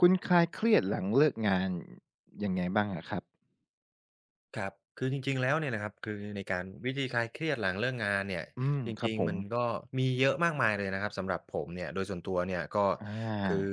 คุณคลายเครียดหลังเลิกงานยังไงบ้างอะครับ ครับคือจริงๆแล้วเนี่ยนะครับคือในการวิธีคลายเครียดหลังเลิกงานเนี่ยอืมจครับริงผๆมัมนก็มีเยอะมากมายเลยนะครับสำหรับผมเนี่ยโดยส่วนตัวเนี่ยก็อคือา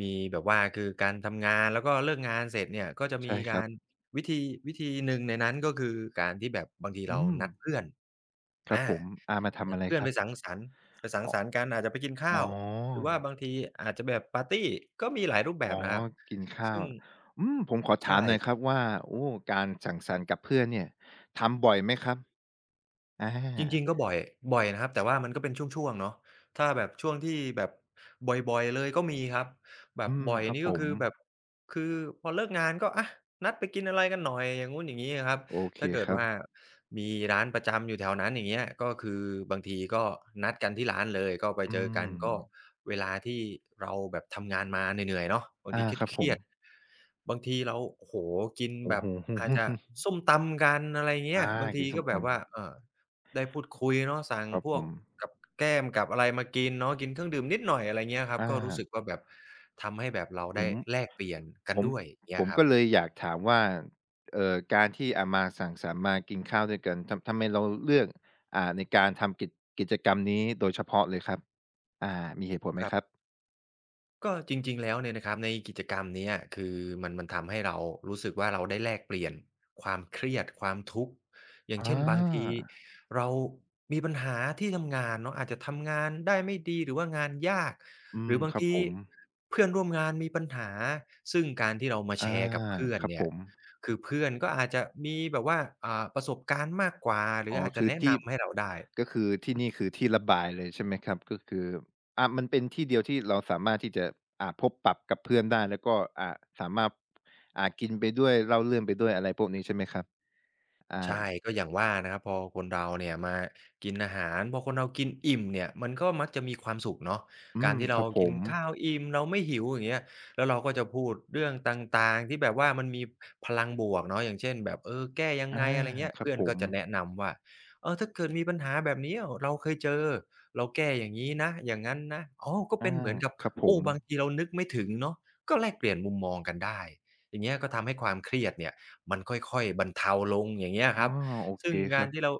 มีแบบว่าคือการทำงานแล้วก็เลิกงานเสร็จเนี่ยก็จะมีใช่คการับรวิธีวิธีหนึ่งในนั้นก็คือการที่แบบบางทีเราอืมนัดเพื่อนครับอาผมอามาทำนัอะดไรเพื่อคนรัไปสับงสรรค์ไปสังสอรรค์กันอาจจะไปกินอ๋ข้าอ วหรือว่าบางทีอาจจะแบบปาร์ตีก็มีหลายรูปแบบอ๋อ นะครับกินข้าซึ่วงผมขอใชถามหน่อยครับ่ ว่าโอ้การสังสรรค์กับเพื่อนเนี่ยทำบ่อยไหมครับอจริงๆก็าบ่อยนะครับ แต่ว่ามันก็เป็นช่วงๆเนาะถ้าแบบช่วงที่แบบบ่อยๆเลยก็มีครับแบบอืมบ่อยครับนี่ผก็ม คือแบบคือพอเลิกงานก็อะนัดไปกินอะไรกันหน่อยอย่างงู้นอย่างงี้อะครับโอเคถ้าเกิคดรับ ว่ามีร้านประจำอยู่แถวนั้นอย่างเงี้ยก็คือบางทีก็นัดกันที่ร้านเลยก็ไปอืเจอกัมนก็เวลาที่เราแบบทำงานมาเหนื่อยๆเนาะบางอาทีครับเคผรีมยดๆบางทีเราโอ้โฮกินโอ้แบโฮ บ อาจจะส้มตำกันอะไรเงี้ยอาบางทีกินส้ก็มตแบบว่าได้พูดคุยเนาะสั่งำครับพวกกับแก้มกับอะไรมากินเนาะกินเครื่องดื่มนิดหน่อยอะไรเงี้ยครับอาก็รู้สึกว่าแบบทำให้แบบเราผได้ม แลกเปลี่ยนกัผนมด้วยเงี้ยครัก็บเลยอยากถามว่าการที่มาสังสรรค์มากินข้าวด้วยกันทำไมเราเลือกในการทำกิจกรรมนี้โดยเฉพาะเลยครับอามีเหตุผลไหคมรัครับ บก็จริงๆแล้วเนี่ยนะครับในกิจกรรมเนี้ยคือมันทำให้เรารู้สึกว่าเราได้แลกเปลี่ยนความเครียดความทุกข์อย่าองเช่นบางทีาเรามีปัญหาที่ทำงานเนาะอาจจะทำงานได้ไม่ดีหรือว่างานยากอืหมรือบาคงรับทีผมเพื่อนร่วมงานมีปัญหาซึ่งการที่เรามาอาแชร์กับเพื่อนครับเนี่ผยมคือเพื่อนก็อาจจะมีแบบว่าประสบการณ์มากกว่าหรืออ๋ออาจจะคือแนะที่นำให้เราได้ ก็คือที่นี่คือที่ระบายเลยใช่ไหมครับก็คือมันเป็นที่เดียวที่เราสามารถที่จะพบปะกับเพื่อนได้แล้วก็อ่าสามารถกินไปด้วยเล่าเรื่องไปด้วยอะไรพวกนี้ใช่ไหมครับอา ใช่ก็อย่างว่านะครับพอคนเราเนี่ยมากินอาหารพอคนเรากินอิ่มเนี่ยมันก็มักจะมีความสุขเนาะอืการมที่คเรารับผกินมข้าวอิ่มเราไม่หิวอย่างเงี้ยแล้วเราก็จะพูดเรื่องต่างๆที่แบบว่ามันมีพลังบวกเนาะอย่างเช่นแบบเออแก้ยังอาไงอะไรเงี้ยครับเพื่อนผก็มจะแนะนำว่าเออถ้าเกิดมีปัญหาแบบเนี้ยเราเคยเจอเราแก้อย่างงี้นะอย่างงั้นนะอ๋อก็อาเป็นเหมือนกับครับผโอ้มบางทีเรานึกไม่ถึงเนาะก็แลกเปลี่ยนมุมมองกันได้อย่างเงี้ยก็ทำให้ความเครียดเนี่ย มันค่อยๆบรรเทาลงอย่างเงี้ยคอ่อรับโอเคซึ่งคการัรบที่เรา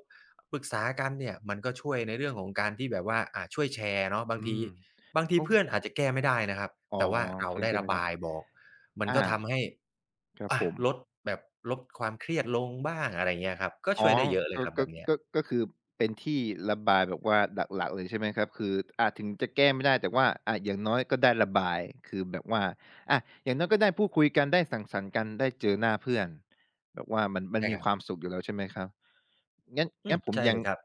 ปรึกษากันเนี่ยมันก็ช่วยในเรื่องของการที่แบบว่าช่วยแชร์เนาะบางอืทีมบางทีโอ้เพื่อนอาจจะแก้ไม่ได้นะครับอ๋อแต่ว่าเราเพือนได้เกนระไม่ได้บายบอกมันอาก็ทำให้ครับอะผม ลดแบบลดความเครียดลงบ้างอะไรเงี้ยครับก็อ๋ช่อวยได้เยอะเลยก็ครับก็แบบเนี้ยก็ก็คือเป็นที่ระบายแบบว่าหลักๆเลยใช่ไหมครับคือถึงจะแก้ไม่ได้แต่ว่าอย่างน้อยก็ได้ระบายคือแบบว่าอาอย่างน้อยก็ได้พูดคุยกัน ได้สังสรรค์กัน ได้เจอหน้าเพื่อน แบบว่ามันใช่มีครัคบวามสุขอยู่แล้วใช่ไหมครับงั้นอืงั้มนผมใช่ยัเลงยครับ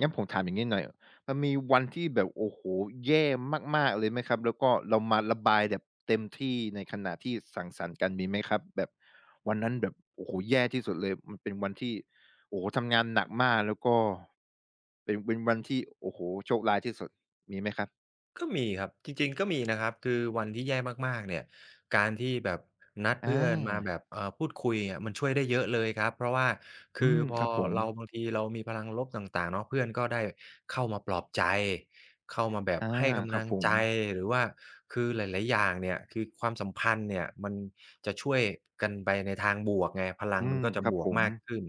งั้นผมถามอย่างงี้หน่อยมันมีวันที่แบบโอ้โฮแย่มากๆเลยไหมครับแล้วก็เรามาระบายแบบเต็มที่ในขณะที่สังสรรค์กันมีไหมครับแบบวันนั้นแบบโอ้โฮแย่ที่สุดเลยมันเป็นวันที่ โอ้โฮทำงานหนักมากแล้วก็เป็นวันที่โอ้โฮโชคร้ายที่สุดมีไหมครับก็มีครับจริงๆก็มีนะครับคือวันที่แย่มากๆเนี่ยการที่แบบนัดอเพื่อนมาแบาบพูดคุยอะมันช่วยได้เยอะเลยครับเพราะว่าคือือมพคอรับผมเราบางทีเรามีพลังลบต่างๆเนาะเพื่อนก็ได้เข้ามาปลอบใจเข้ามาแบบอาให้คกำลัรับงผใจมหรือว่าคือหลายๆอย่างเนี่ยคือความสัมพันธ์เนี่ยมันจะช่วยกันไปในทางบวกไงพลังอืมันมก็จะครับบวผกมมากขึ้น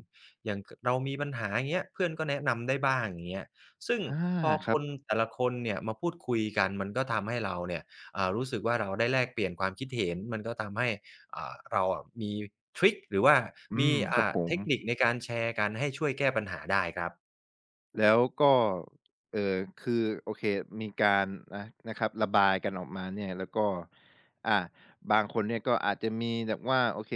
อย่างกเรามีปัญหาอย่างเงี้ยเพื่อนก็แนะนำได้บ้างอย่างเงี้ย ซึ่งอาพอคครับนแต่ละคนเนี่ยมาพูดคุยกันมันก็ทำให้เราเนี่ยรู้สึกว่าเราได้แลกเปลี่ยนความคิดเห็นมันก็ทำให้เราอะมีทริกหรือว่าอืมีมครับผเทม คนิคในการแชร์กันให้ช่วยแก้ปัญหาได้ครับแล้วก็คือโอเคมีการนะครับระบายกันออกมาเนี่ยแล้วก็อ่าบางคนเนี่ยก็อาจจะมีแบบว่าโอเค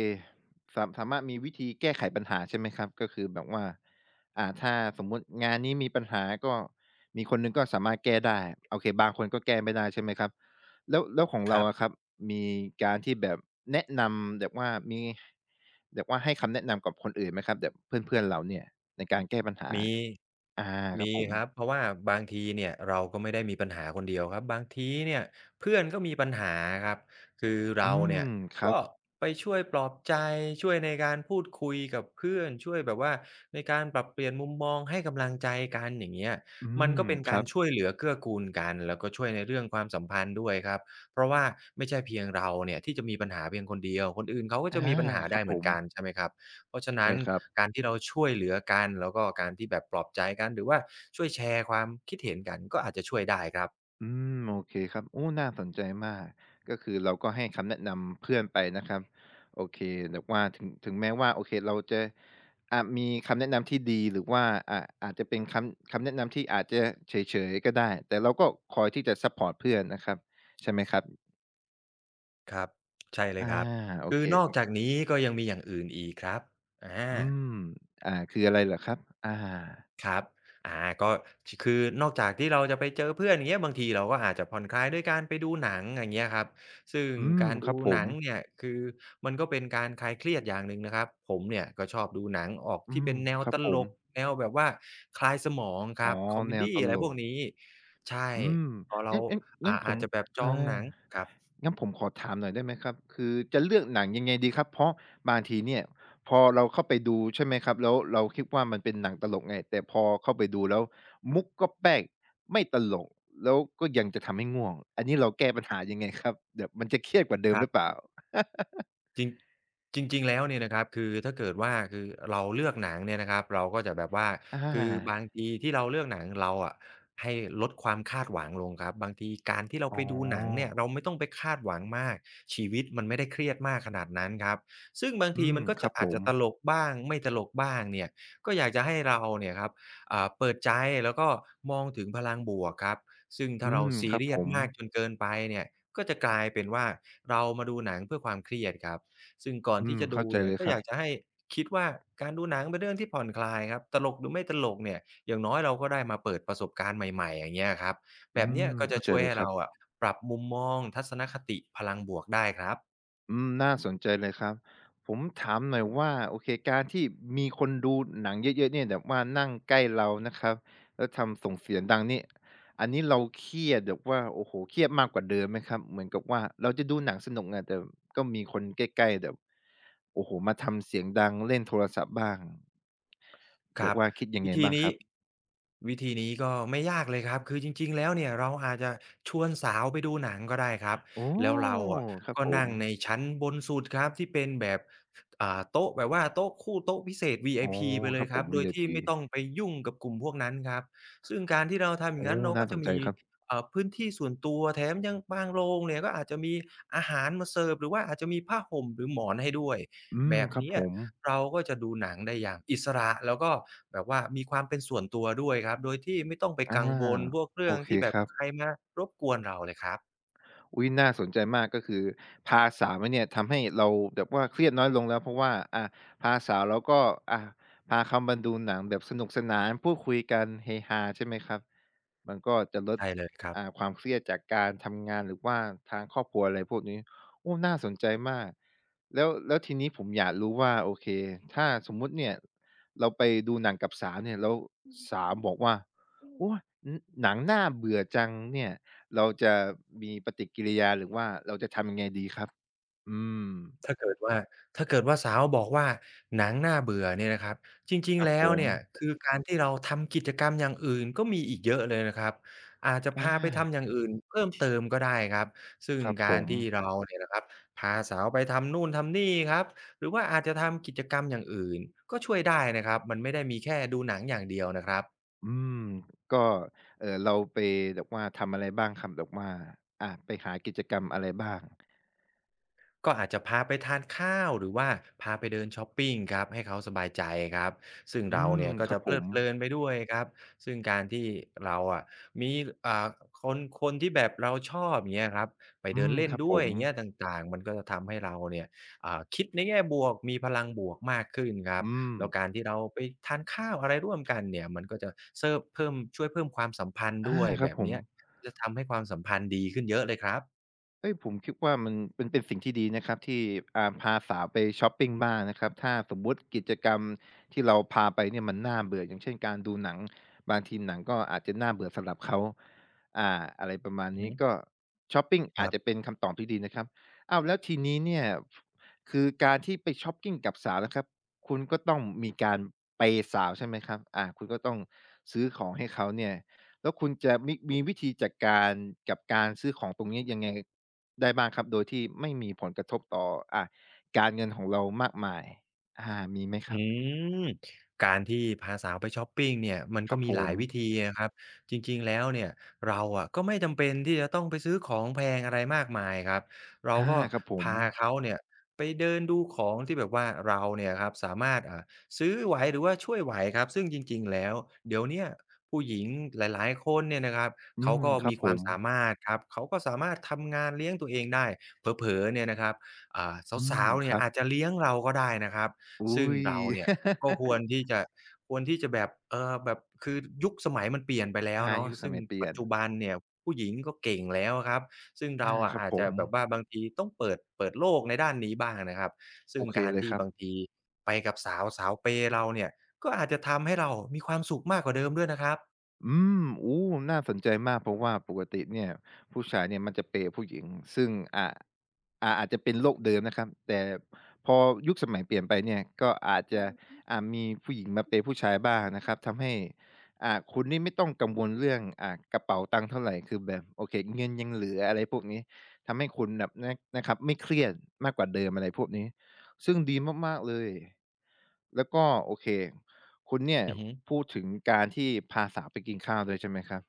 สามารถมีวิธีแก้ไขปัญหาใช่ไหมครับก็คือแบบว่าถ้าสมมุติงานนี้มีปัญหาก็มีคนหนึ่งก็สามารถแก้ได้โอเคบางคนก็แก้ไม่ได้ใช่ไหมครับแล้วของคเรารัอะคบ รับมีการที่แบบแนะนำแบบว่ามีแบบว่าให้คำแนะนำกับคนอื่นไหมครับแบบเพื่อนๆเราเนี่ยในการแก้ปัญหา มีอาคมีรับผมครับเพราะว่าบางทีเนี่ยเราก็ไม่ได้มีปัญหาคนเดียวครับบางทีเนี่ยเพื่อนก็มีปัญหาครับคืออืเราเนี่มยครับก็ไปช่วยปลอบใจช่วยในการพูดคุยกับเพื่อนช่วยแบบว่าในการปรับเปลี่ยนมุมมองให้กำลังใจกันอย่างเงี้ยอืมันมก็เป็นครัการบช่วยเหลือเกื้อกูลกันแล้วก็ช่วยในเรื่องความสัมพันธ์ด้วยครับเพราะว่าไม่ใช่เพียงเราเนี่ยที่จะมีปัญหาเพียงคนเดียวคนอื่นเขาก็จะอามีปัญหาครัได้บเหผมือนมกันใช่ไหมครับ เพราะฉะนั้นได้ครับการที่เราช่วยเหลือกันแล้วก็การที่แบบปลอบใจกันหรือว่าช่วยแชร์ความคิดเห็นกันก็อาจจะช่วยได้ครับโอเคครับโอ้น่าสนใจมากก็คือเราก็ให้คำแนะนำเพื่อนไปนะครับโอเคแบบว่าถึงแม้ว่าโอเคเราจะมีคำแนะนำที่ดีหรือว่าอ่าอาจจะเป็นคำแนะนำที่อาจจะเฉยๆก็ได้ แต่เราก็คอยที่จะซัปพอร์ตเพื่อนนะครับ ใช่ไหมครับครับใช่เลอายครับโอคืเคอนอกจากนี้ก็ยังมีอย่างอื่นอีกครับอา อืมอ่าคืออะไรเหรอครับอาครับก็คือนอกจากที่เราจะไปเจอเพื่อนอย่างเงี้ยบางทีเราก็อาจจะผ่อนคลายด้วยการไปดูหนังอย่างเงี้ยครับ ซึ่งอืมการครัดูบผหนัมงเนี่ยคือมันก็เป็นการคลายเครียดอย่างหนึ่งนะครับผมเนี่ยก็ชอบดูหนังออกอืที่มเป็นแนวครัตบผลม กแนวแบบว่าคลายสมองคอ๋รัอบคอเมแนวดีตอะไรลพวกกนี้ใช่อืมพอเรางั้นงั้นงั้นผอามจจะแบบจอาองหนังครับงั้นผมขอถามหน่อยได้ไหมครับ คือจะเลือกหนังยังไงดีครับ เพราะบางทีเนี่ยพอเราเข้าไปดูใช่ไหมครับ แล้วเราคิดว่ามันเป็นหนังตลกไงแต่พอเข้าไปดูแล้วมุกก๊อบแป๊กไม่ตลกแล้วก็ยังจะทำให้ง่วงอันนี้เราแก้ปัญหายังไงครับแบบมันจะเครียดกว่าเดิมคหรัรือเปบ ล่า จริงจริงๆแล้วเนี่ยนะครับคือถ้าเกิดว่าคือเราเลือกหนังเนี่ยนะครับเราก็จะแบบว่า อคือบางาทีที่เราเลือกหนังเราอะให้ลดความคาดหวังลงครับบางทีการที่เราอ๋อไปดูหนังเนี่ยเราไม่ต้องไปคาดหวังมากชีวิตมันไม่ได้เครียดมากขนาดนั้นครับซึ่งบางอืทีมมันก็คจะรับผอาจมจะตลกบ้างไม่ตลกบ้างเนี่ยก็อยากจะให้เราเนี่ยครับเปิดใจแล้วก็มองถึงพลังบวกครับซึ่งถ้าอืเรามคซีรับเรีผยสมมากจนเกินไปเนี่ยก็จะกลายเป็นว่าเรามาดูหนังเพื่อความเครียดครับ ซึ่งก่อนอืที่มจะเข้าดูใจเนี่เลยยก็ครัอบยากจะให้คิดว่าการดูหนังเป็นเรื่องที่ผ่อนคลายครับตลกหรือไม่ตลกเนี่ยอย่างน้อยเราก็ได้มาเปิดประสบการณ์ใหม่ๆอย่างเงี้ยครับอืแบบเนี้ยมก็จะเข้าใจช่วยเลยให้ครับ เราอะปรับมุมมองทัศนคติพลังบวกได้ครับ อืมน่าสนใจเลยครับผมถามหน่อยว่าโอเคการที่มีคนดูหนังเยอะๆเนี่ยแบบว่านั่งใกล้เรานะครับแล้วทำส่งเสียงดังนี่อันนี้เราเครียดแบบว่าโอ้โฮเครียดมากกว่าเดิมไหมครับเหมือนกับว่าเราจะดูหนังสนุกอะแต่ก็มีคนใกล้ๆแบบโอ้โฮมาทำเสียงดังเล่นโทรศัพท์บ้างคแบรับบว่าคิดยังวิไงธีบ้างคนี้รับวิธีนี้ก็ไม่ยากเลยครับคือจริงๆแล้วเนี่ยเราอาจจะชวนสาวไปดูหนังก็ได้ครับอ๋อแล้วเราอะครับก็ผนั่มงในชั้นบนสุดครับที่เป็นแบบโต๊ะแบบว่าโต๊ะคู่โต๊ะพิเศษ อ๋อ VIP ไปเลคยรับคผรัม บโดยที่ VIP ไม่ต้องไปยุ่งกับกลุ่มพวกนั้นครับซึ่งการที่เราทำอย่างโอ้งั้นเราน่าก็สจะนใจมีครับพื้นที่ส่วนตัวแถมยังบางโรงเนี่ยก็อาจจะมีอาหารมาเสิร์ฟหรือว่าอาจจะมีผ้าห่มหรือหมอนให้ด้วย อืแบมบครับเนี้ผยมเราก็จะดูหนังได้อย่างอิสระแล้วก็แบบว่ามีความเป็นส่วนตัวด้วยครับโดยที่ไม่ต้องไปอากังวลพวกโอเรื่องเคที่แบคบรับ ใครมารบกวนเราเลยครับอุ๊ยน่าสนใจมากก็คือภาษาวมัเนี่ยทำให้เราแบบว่าเครียดน้อยลงแล้วเพราะว่าพาสาวเราก็อาพาเขามาดูหนังแบบสนุกสนานพูดคุยกันเฮฮาใช่ไหมครับมันก็จะลดใช่เลยครับ ความเครียดจากการทำงานหรือว่าทางครอบครัวอะไรพวกนี้โอ้น่าสนใจมากแล้วทีนี้ผมอยากรู้ว่าโอเคถ้าสมมุติเนี่ยเราไปดูหนังกับสาวเนี่ยแล้วสาวบอกว่าโอ๊ยหหนังน่าเบื่อจังเนี่ยเราจะมีปฏิ อืมถ้าเกิดว่าถ้าเกิดว่าสาวบอกว่าหนังน่าเบื่อเนี่ยนะครับจริคงรัๆบผแล้วมเนี่ยคือการที่เราทำกิจกรรมอย่างอื่นก็มีอีกเยอะเลยนะครับอาจจะอาพาไปทำอย่างอื่นเพิ่มเติมก็ได้ครับซึ่งครับผการมที่เราเนี่ยนะครับพาสาวไปทำนู่นทำนี่ครับหรือว่าอาจจะทำกิจกรรมอย่างอื่นก็ช่วยได้นะครับมันไม่ได้มีแค่ดูหนังอย่างเดียวนะครับ อืมก็เราไปแบบว่าทำอะไรบ้างครับแบบว่าไปหากิจกรรมอะไรบ้างก็อาจจะพาไปทานข้าวหรือว่าพาไปเดินช็อปปิงครับให้เขาสบายใจครับซึ่งอืเรามเนี่ยก็ครับจะผเพลิมดเพลินไปด้วยครับซึ่งการที่เราอะมีอ่าคนที่แบบเราชอบอย่างเงี้ยครับไปอืเดินมเล่คนรับผด้วยมอย่างเงี้ยต่างๆมันก็จะทำให้เราเนี่ยคิดในแง่บวกมีพลังบวกมากขึ้นครับอืมแล้วการที่เราไปทานข้าวอะไรร่วมกันเนี่ยมันก็จะเซิมเพิ่มช่วยเพิ่มความสัมพันธ์อาด้วยครัแบบบผม เนี้ยจะทำให้ความสัมพันธ์ดีขึ้นเยอะเลยครับเอ้ยผมคิดว่ามันเป็นสิ่งที่ดีนะครับที่พาสาวไปชอปปิงบ้างนะครับถ้าสมมุติกิจกรรมที่เราพาไปเนี่ยมันน่าเบื่ออย่างเช่นการดูหนังบางทีหนังก็อาจจะน่าเบื่อสำหรับเขาอะไรประมาณอือนี้ฮึก็ชอปปิงคอาจรัจะเป็บ นคำตอบที่ดีนะครับอ้าวแล้วทีนี้เนี่ยคือการที่ไปชอปปิงกับสาวนะครับคุณก็ต้องมีการเปย์สาวใช่ไหมครับคุณก็ต้องซื้อของให้เขาเนี่ยแล้วคุณจะมีวิธีจัดการกับการซื้อของตรงนี้ยังไง ได้บ้างครับโดยที่ไม่มีผลกระทบต่ออ่าการเงินของเรามากมายมีไหมคอืรับ มการที่พาสาวไปช็อปปิงเนี่ยมันคก็รับมีผหลามยวิธีนะครับจริงๆแล้วเนี่ยเราอะก็ไม่จำเป็นที่จะต้องไปซื้อของแพงอะไรมากมายครับเราอาก็ครับผมพาเขาเนี่ยไปเดินดูของที่แบบว่าเราเนี่ยครับสามารถซื้อไหวหรือว่าช่วยไหวครับซึ่งจริงๆแล้วเดี๋ยวเนี้ยผู้หญิงหลายๆคนเนี่ยนะครับอืเขามก็ครับมีผความมสามารถครับเขาก็สามารถทำงานเลี้ยงตัวเองได้เผลอๆเนี่ยนะครับอ่าอืสามวๆคเนี่ยรับ อาจจะเลี้ยงเราก็ได้นะครับ ซึ่งอุ๊ย เราเนี่ยก็ควรที่ จะแบบแบบคือยุคสมัยมันเปลี่ยนไปแล้วเนาะยุคสซึ่งมัยเปลี่ปัยจนจุบันเนี่ยผู้หญิงก็เก่งแล้วอะครับซึ่งเราอาคอะรับอาจผจะม แบบว่าบางทีต้องเปิดโลกในด้านนี้บ้างนะครับโอซึ่งเคการเลยคที่รับ บางทีไปกับสาวเราเนี่ยก็อาจจะทำให้เรามีความสุขมากกว่าเดิมด้วยนะครับโอ้น่าสนใจมากเพราะว่าปกติเนี่ยผู้ชายเนี่ยมันจะเปย์ผู้หญิงซึ่งอ่าอาจจะเป็นโลกเดิมนะครับแต่พอยุคสมัยเปลี่ยนไปเนี่ยก็อาจจะมีผู้หญิงมาเปย์ผู้ชายบ้างนะครับทำให้คุณนี่ไม่ต้องกังวลเรื่องกระเป๋าตังค์เท่าไรคือแบบโอเคเงินยังเหลืออะไรพวกนี้ทำให้คุณแบบนะครับไม่เครียดมากกว่าเดิมอะไรพวกนี้ซึ่งดีมากๆเลยแล้วก็โอเค คุณเนี่ยอือฮึ พูดถึงการที่พาสาวไปกินข้าวด้วยใช่ไหมครับ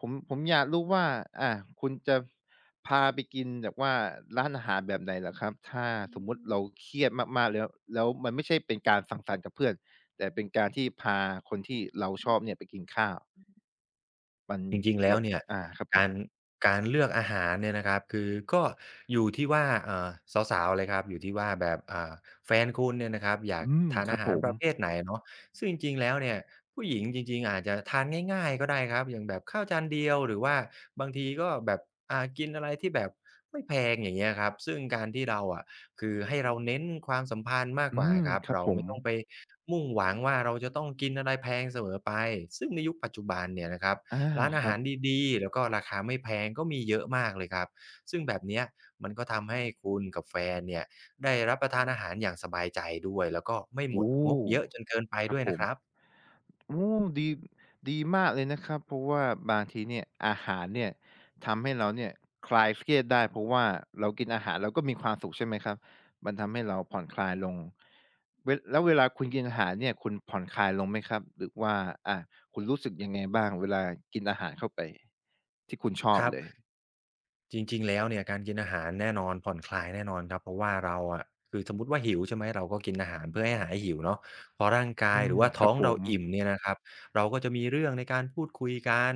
ผมอยากรู้ว่าอ่าคุณจะพาไปกินแบบว่าร้านอาหารแบบไหนเหรอครับถ้าสมมุติเราเครียดมากๆแล้วแล้วมันไม่ใช่เป็นการสังสรรค์กับเพื่อนแต่เป็นการที่พาคนที่เราชอบเนี่ยไปกินข้าวมันเราอ่าครับผกามรการเลือกอาหารเนี่ยนะครับคือก็อยู่ที่ว่าสาวๆเลยครับอยู่ที่ว่าแบบแฟนคุณเนี่ยนะครับอยากอืมทานครัอาบผหารมประเภทไหนเนาะซึ่งจริงๆแล้วเนี่ยผู้หญิงจริงๆอาจจะทานง่ายๆก็ได้ครับอย่างแบบข้าวจานเดียวหรือว่าบางทีก็แบบกินอะไรที่แบบไม่แพงอย่างเงี้ยครับซึ่งการที่เราอะคือให้เราเน้นความสัมพันธ์มากอืกว่ามครับครับเราผมไม่ต้องไปมุ่งหวังว่าเราจะต้องกินอะไรแพงเสมอไปซึ่งในยุคปัจจุบันเนี่ยนะครับ อาร้านคอารับหารดีๆ แล้วก็ราคาไม่แพงก็มีเยอะมากเลยครับ ซึ่งแบบเนี้ยมันก็ทำให้คุณกับแฟนเนี่ยได้รับประทานอาหารอย่างสบายใจด้วยแล้วก็ไม่โอหมดงบเย้อะจนเกินไปครับด้วยผนะม ครับโอ้ดีดีมากเลยนะครับเพราะว่าบางทีเนี่ยอาหารเนี่ยทำให้เราเนี่ยคลายเครียดได้เพราะว่าเรากินอาหารเราก็มีความสุขใช่ไหมครับมันทำให้เราผ่อนคลายลงแล้วเวลาคุณกินอาหารเนี่ยคุณผ่อนคลายลงไหมครับหรือว่าอาคุณรู้สึกยังไงบ้างเวลากินอาหารเข้าไปที่คุณชอคบรับ เลยจริงๆแล้วเนี่ยการกินอาหารแน่นอนผ่อนคลายแน่นอนครับเพราะว่าเราอะคือสมมุติว่าหิวใช่ไหมเราก็กินอาหารเพื่อให้หายหิวเนาะพอร่างกาอืยหรืมอว่าคท้รัอบงผเรามอิ่มเนี่ยนะครับเราก็จะมีเรื่องในการพูดคุยกัน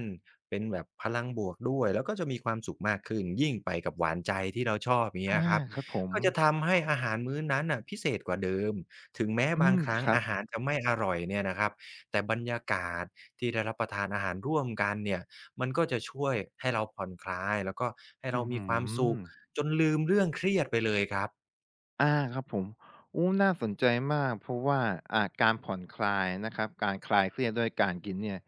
เป็นแบบพลังบวกด้วยแล้วก็จะมีความสุขมากขึ้นยิ่งไปกับหวานใจที่เราชอบอย่างอาเงี้ยครับครับผมก็จะทำให้อาหารมื้อนั้นน่ะพิเศษกว่าเดิมถึงแม้อืบางมครั้งครับอาหารจะไม่อร่อยเนี่ยนะครับแต่บรรยากาศที่ได้รับประทานอาหารร่วมกันเนี่ย มันก็จะช่วยให้เราผ่อนคลายแล้วก็ให้อื้เราอมีฮืความสุอ ขจนลืมเรื่องเครียดไปเลยครับ อาครับผมโอ้น่าสนใจมากเพราะว่าการผ่อนคลายนะครับการคลายเครียดด้วยการกินเนี่ย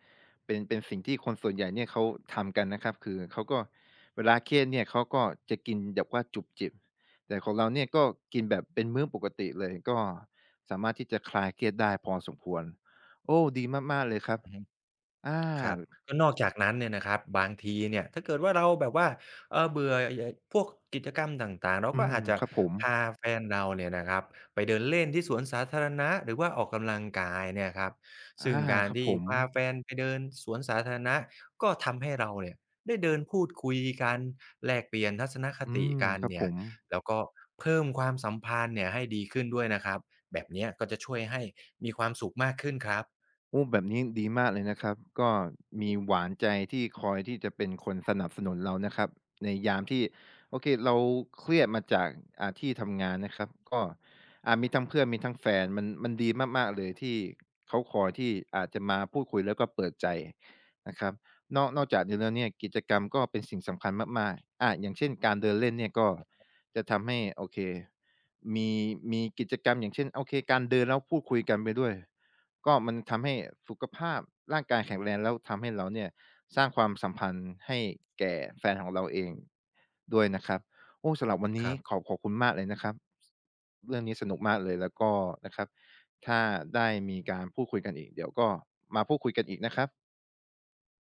เป็นสิ่งที่คนส่วนใหญ่เนี่ยเขาทำกันนะครับคือเขาก็เวลาเครียดเนี่ยเขาก็จะกินแบบว่าจุบจิบแต่ของเราเนี่ยก็กินแบบเป็นมื้อปกติเลยก็สามารถที่จะคลายเครียดได้พอสมควรโอ้ดีมากๆเลยครับอาครับก็นอกจากนั้นเนี่ยนะครับบางทีเนี่ยถ้าเกิดว่าเราแบบว่าเออเบื่อพวกกิจกรรมต่างๆเราอืก็มอาจจะครับผมพาแฟนเราเนี่ยนะครับไปเดินเล่นที่สวนสาธารณะหรือว่าออกกำลังกายเนี่ยครับซึ่งอาการครับผที่มพาแฟนไปเดินสวนสาธารณะก็ทำให้เราเนี่ยได้เดินพูดคุยกันแลกเปลี่ยนทัศนคอืติมกันครับผเนี่ยม แล้วก็เพิ่มความสัมพันธ์เนี่ยให้ดีขึ้นด้วยนะครับแบบเนี้ยก็จะช่วยให้มีความสุขมากขึ้นครับโอ้แบบนี้ดีมากเลยนะครับก็มีหวานใจที่คอยที่จะเป็นคนสนับสนุนเรานะครับในยามที่โอเคเราเครียดมาจากที่ทำงานนะครับก็มีทั้งเพื่อนมีทั้งแฟนมันดีมากๆเลยที่เขาคอยที่อาจจะมาพูดคุยแล้วก็เปิดใจนะครับนอกจากนี้แล้วเนี่ยกิจกรรมก็เป็นสิ่งสำคัญมากๆอย่างเช่นการเดินเล่นเนี่ยก็จะทำให้โอเคมีมีกิจกรรมอย่างเช่นโอเคการเดินแล้วพูดคุยกันไปด้วย ก็มันทำให้สุขภาพร่างกายแข็งแรงแล้วทำให้เราเนี่ยสร้างความสัมพันธ์ให้แก่แฟนของเราเองด้วยนะครับโอ้สำหรับวันคนี้รัขอบบ ขอบคุณมากเลยนะครับเรื่องนี้สนุกมากเลยแล้วก็นะครับถ้าได้มีการพูดคุยกันอีกเดี๋ยวก็มาพูดคุยกันอีกนะครับ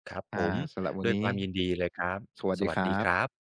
ครับผอ่ามสำหรับวันด้วยคนี้วามยินดีเลยครับสวัสสดีวัคสดีรัครับบ